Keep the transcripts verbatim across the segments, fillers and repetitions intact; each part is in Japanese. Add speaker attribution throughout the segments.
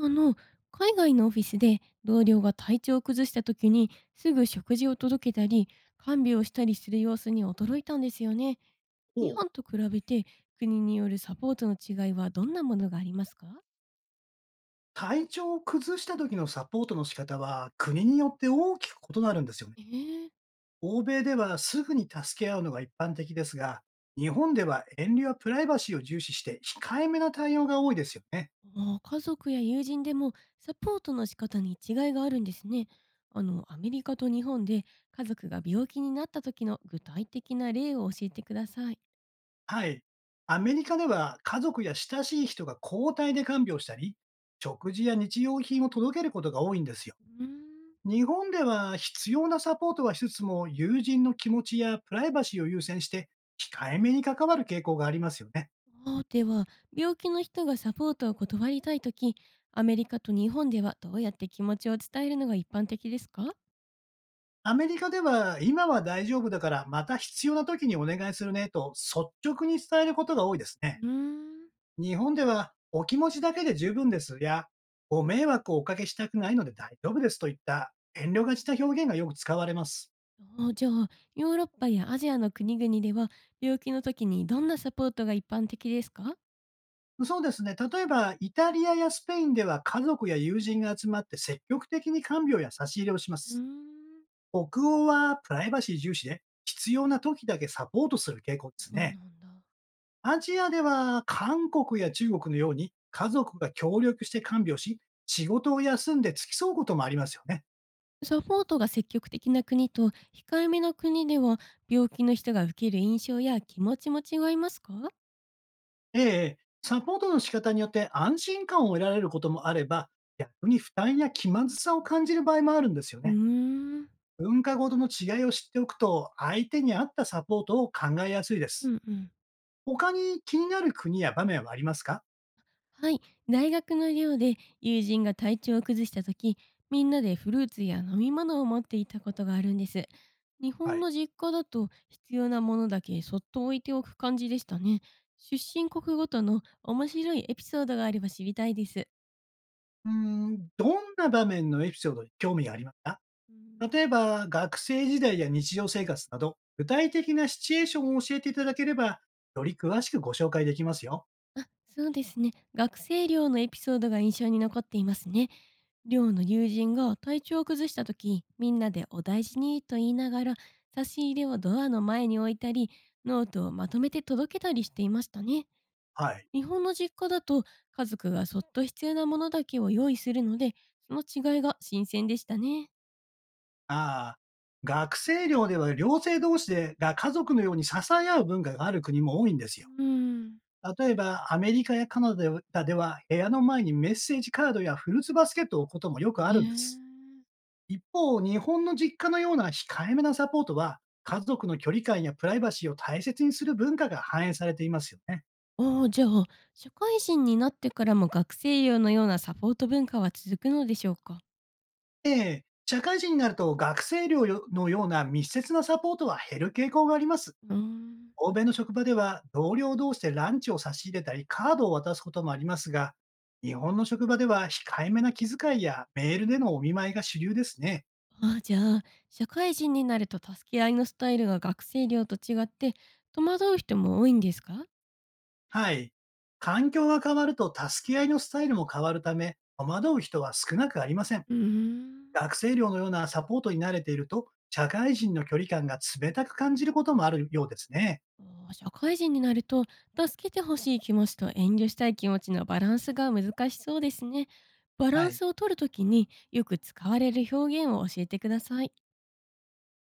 Speaker 1: あの、海外のオフィスで同僚が体調を崩した時にすぐ食事を届けたり、看病をしたりする様子に驚いたんですよね。
Speaker 2: お
Speaker 1: 日
Speaker 2: う。
Speaker 1: 本と比べて国によるサポートの違いはどんなものがありますか？
Speaker 2: 体調を崩した時のサポートの仕方は国によって大きく異なるんですよね。
Speaker 1: ええ。
Speaker 2: 欧米ではすぐに助け合うのが一般的ですが、日本では遠慮やプライバシーを重視して控えめな対応が多いですよね。
Speaker 1: ああ、家族や友人でもサポートの仕方に違いがあるんですね。あの、アメリカと日本で家族が病気になった時の具体的な例を教えてください。
Speaker 2: はい。アメリカでは家族や親しい人が交代で看病したり、食事や日用品を届けることが多いんですよ。
Speaker 1: うーん。
Speaker 2: 日本では必要なサポートはしつつも友人の気持ちやプライバシーを優先して控えめに関わる傾向がありますよね。
Speaker 1: あー、では、病気の人がサポートを断りたいとき、アメリカと日本ではどうやって気持ちを伝えるのが一般的ですか？
Speaker 2: アメリカでは、今は大丈夫だから、また必要な時にお願いするねと率直に伝えることが多いですね。
Speaker 1: うーん。
Speaker 2: 日本では、お気持ちだけで十分ですや、ご迷惑をおかけしたくないので大丈夫ですといった遠慮がちな表現がよく使われます。
Speaker 1: あー、じゃあ、ヨーロッパやアジアの国々では、病気の時にどんなサポートが一般的ですか？
Speaker 2: そうですね。例えば、イタリアやスペインでは家族や友人が集まって積極的に看病や差し入れをしま
Speaker 1: うー
Speaker 2: す。
Speaker 1: ん。
Speaker 2: 北欧はプライバシー重視で、必要な時だけサポートする傾向です
Speaker 1: そう
Speaker 2: ね。
Speaker 1: なんだ。
Speaker 2: アジアでは韓国や中国のように家族が協力して看病し、仕事を休んで付き添うこともありますよね。
Speaker 1: サポートが積極的な国と控えめな国では、病気の人が受ける印象や気持ちも違いますか？
Speaker 2: ええ、サポートの仕方によって安心感を得られることもあれば、逆に負担や気まずさを感じる場合もあるんですよ
Speaker 1: うー
Speaker 2: ね。
Speaker 1: ん。
Speaker 2: 文化ごとの違いを知っておくと、相手に合ったサポートを考えやすいで
Speaker 1: う
Speaker 2: す。
Speaker 1: んうん。
Speaker 2: 他に気になる国や場面はありますか？
Speaker 1: はい、大学の寮で友人が体調を崩した時みんなでフルーツや飲み物を持っていたことがあるんです。日
Speaker 2: は
Speaker 1: 本
Speaker 2: い。
Speaker 1: の実家だと必要なものだけそっと置いておく感じでしたね。出身国ごとの面白いエピソードがあれば知りたいです。
Speaker 2: うーん、どんな場面のエピソードに興味がありますか？
Speaker 1: うん。
Speaker 2: 例えば、学生時代や日常生活など、具体的なシチュエーションを教えていただければ、より詳しくご紹介できますよ。
Speaker 1: あ、そうですね。学生寮のエピソードが印象に残っていますね。寮の友人が体調を崩した時みんなで「お大事に」と言いながら差し入れをドアの前に置いたりノートをまとめて届けたりしていましたね。
Speaker 2: はい。
Speaker 1: 日本の実家だと家族がそっと必要なものだけを用意するのでその違いが新鮮でしたね。
Speaker 2: ああ、学生寮では寮生同士でが家族のように支え合う文化がある国も多いんですよ。
Speaker 1: うん。
Speaker 2: 例えば、アメリカやカナダでは部屋の前にメッセージカードやフルーツバスケットを置くこともよ
Speaker 1: へ
Speaker 2: くあるんで
Speaker 1: え。
Speaker 2: す。一方、日本の実家のような控えめなサポートは、家族の距離感やプライバシーを大切にする文化が反映されていますよね。
Speaker 1: ああ、じゃあ、社会人になってからも学生寮のようなサポート文化は続くのでしょうか？
Speaker 2: ええ、社会人になると学生寮のような密接なサポートは減る傾向があります。
Speaker 1: うーん。
Speaker 2: 欧米の職場では同僚同士でランチを差し入れたりカードを渡すこともありますが、日本の職場では控えめな気遣いやメールでのお見舞いが主流ですね。
Speaker 1: ああ、じゃあ、社会人になると助け合いのスタイルが学生寮と違って戸惑う人も多いんですか？
Speaker 2: はい。環境が変わると助け合いのスタイルも変わるため、戸惑う人は少なくありません。
Speaker 1: うーん。
Speaker 2: 学生寮のようなサポートに慣れていると、社会人の距離感が冷たく感じることもあるようですね。
Speaker 1: ああ、社会人になると助けてほしい気持ちと遠慮したい気持ちのバランスが難しそうですね。バラ
Speaker 2: は
Speaker 1: ン
Speaker 2: い。
Speaker 1: スを取るときによく使われる表現を教えてください。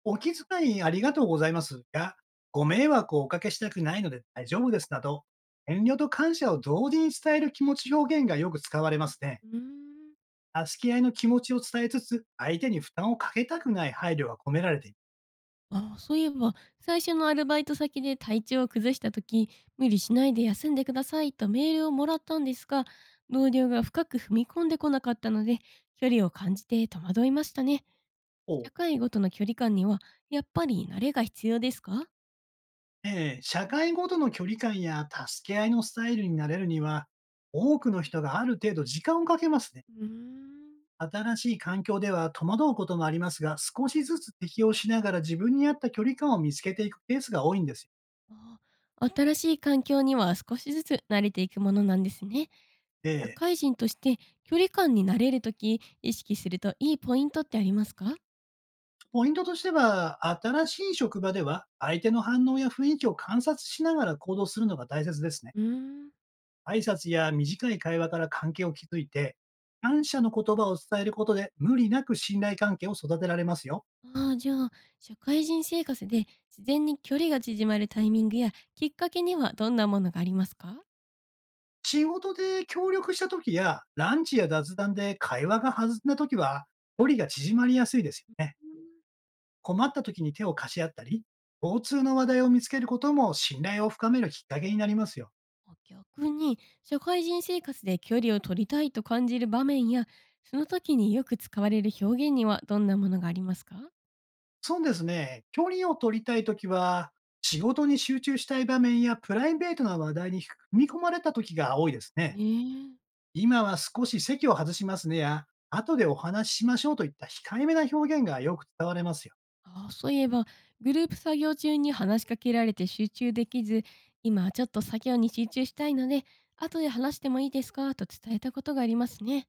Speaker 2: お気遣いありがとうございますが、ご迷惑をおかけしたくないので大丈夫ですなど、遠慮と感謝を同時に伝える気持ち表現がよく使われますね。
Speaker 1: うーん。
Speaker 2: 助け合いの気持ちを伝えつつ、相手に負担をかけたくない配慮が込められている。
Speaker 1: ああ、そういえば、最初のアルバイト先で体調を崩した時、無理しないで休んでくださいとメールをもらったんですが、同僚が深く踏み込んでこなかったので、距離を感じて戸惑いましたね。
Speaker 2: お
Speaker 1: 社会ごとの距離感には、やっぱり慣れが必要ですか？
Speaker 2: ええ、社会ごとの距離感や助け合いのスタイルになれるには、多くの人がある程度時間をかけますね。
Speaker 1: うーん。
Speaker 2: 新しい環境では戸惑うこともありますが、少しずつ適応しながら自分に合った距離感を見つけていくケースが多いんですよ。
Speaker 1: ああ、新しい環境には少しずつ慣れていくものなんですね。
Speaker 2: え
Speaker 1: 社
Speaker 2: え。
Speaker 1: 会人として距離感に慣れるとき、意識するといいポイントってありますか？
Speaker 2: ポイントとしては、新しい職場では、相手の反応や雰囲気を観察しながら行動するのが大切ですね。
Speaker 1: うーん。
Speaker 2: 挨拶や短い会話から関係を築いて、感謝の言葉を伝えることで、無理なく信頼関係を育てられますよ。
Speaker 1: ああ、じゃあ、社会人生活で自然に距離が縮まるタイミングやきっかけにはどんなものがありますか？
Speaker 2: 仕事で協力した時や、ランチや雑談で会話が弾んだ時は、距離が縮まりやすいですよね。困った時に手を貸し合ったり、共通の話題を見つけることも信頼を深めるきっかけになりますよ。
Speaker 1: あ、逆に、社会人生活で距離を取りたいと感じる場面や、その時によく使われる表現にはどんなものがありますか？
Speaker 2: そうですね。距離を取りたいときは、仕事に集中したい場面やプライベートな話題に踏み込まれたときが多いですね。
Speaker 1: ええ。
Speaker 2: 今は少し席を外しますねや、後でお話ししましょうといった控えめな表現がよく伝われますよ。
Speaker 1: ああ、そういえば、グループ作業中に話しかけられて集中できず、今はちょっと作業に集中したいので、後で話してもいいですかと伝えたことがありますね。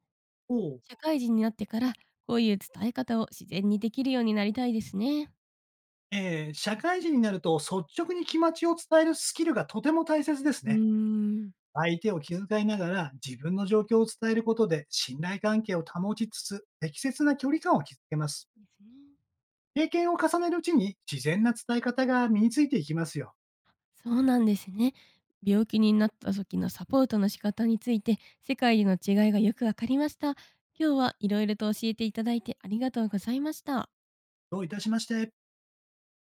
Speaker 2: おう。
Speaker 1: 社会人になってから、こういう伝え方を自然にできるようになりたいですね。
Speaker 2: えー社会人になると率直に気持ちを伝えるスキルがとても大切です
Speaker 1: う
Speaker 2: ね。
Speaker 1: ーん。
Speaker 2: 相手を気遣いながら自分の状況を伝えることで信頼関係を保ちつつ適切な距離感を築けます。
Speaker 1: ですね。
Speaker 2: 経験を重ねるうちに、自然な伝え方が身についていきますよ。
Speaker 1: そうなんですね。病気になった時のサポートの仕方について、世界での違いがよくわかりました。今日はいろいろと教えていただいてありがとうございました。
Speaker 2: どういたしまして。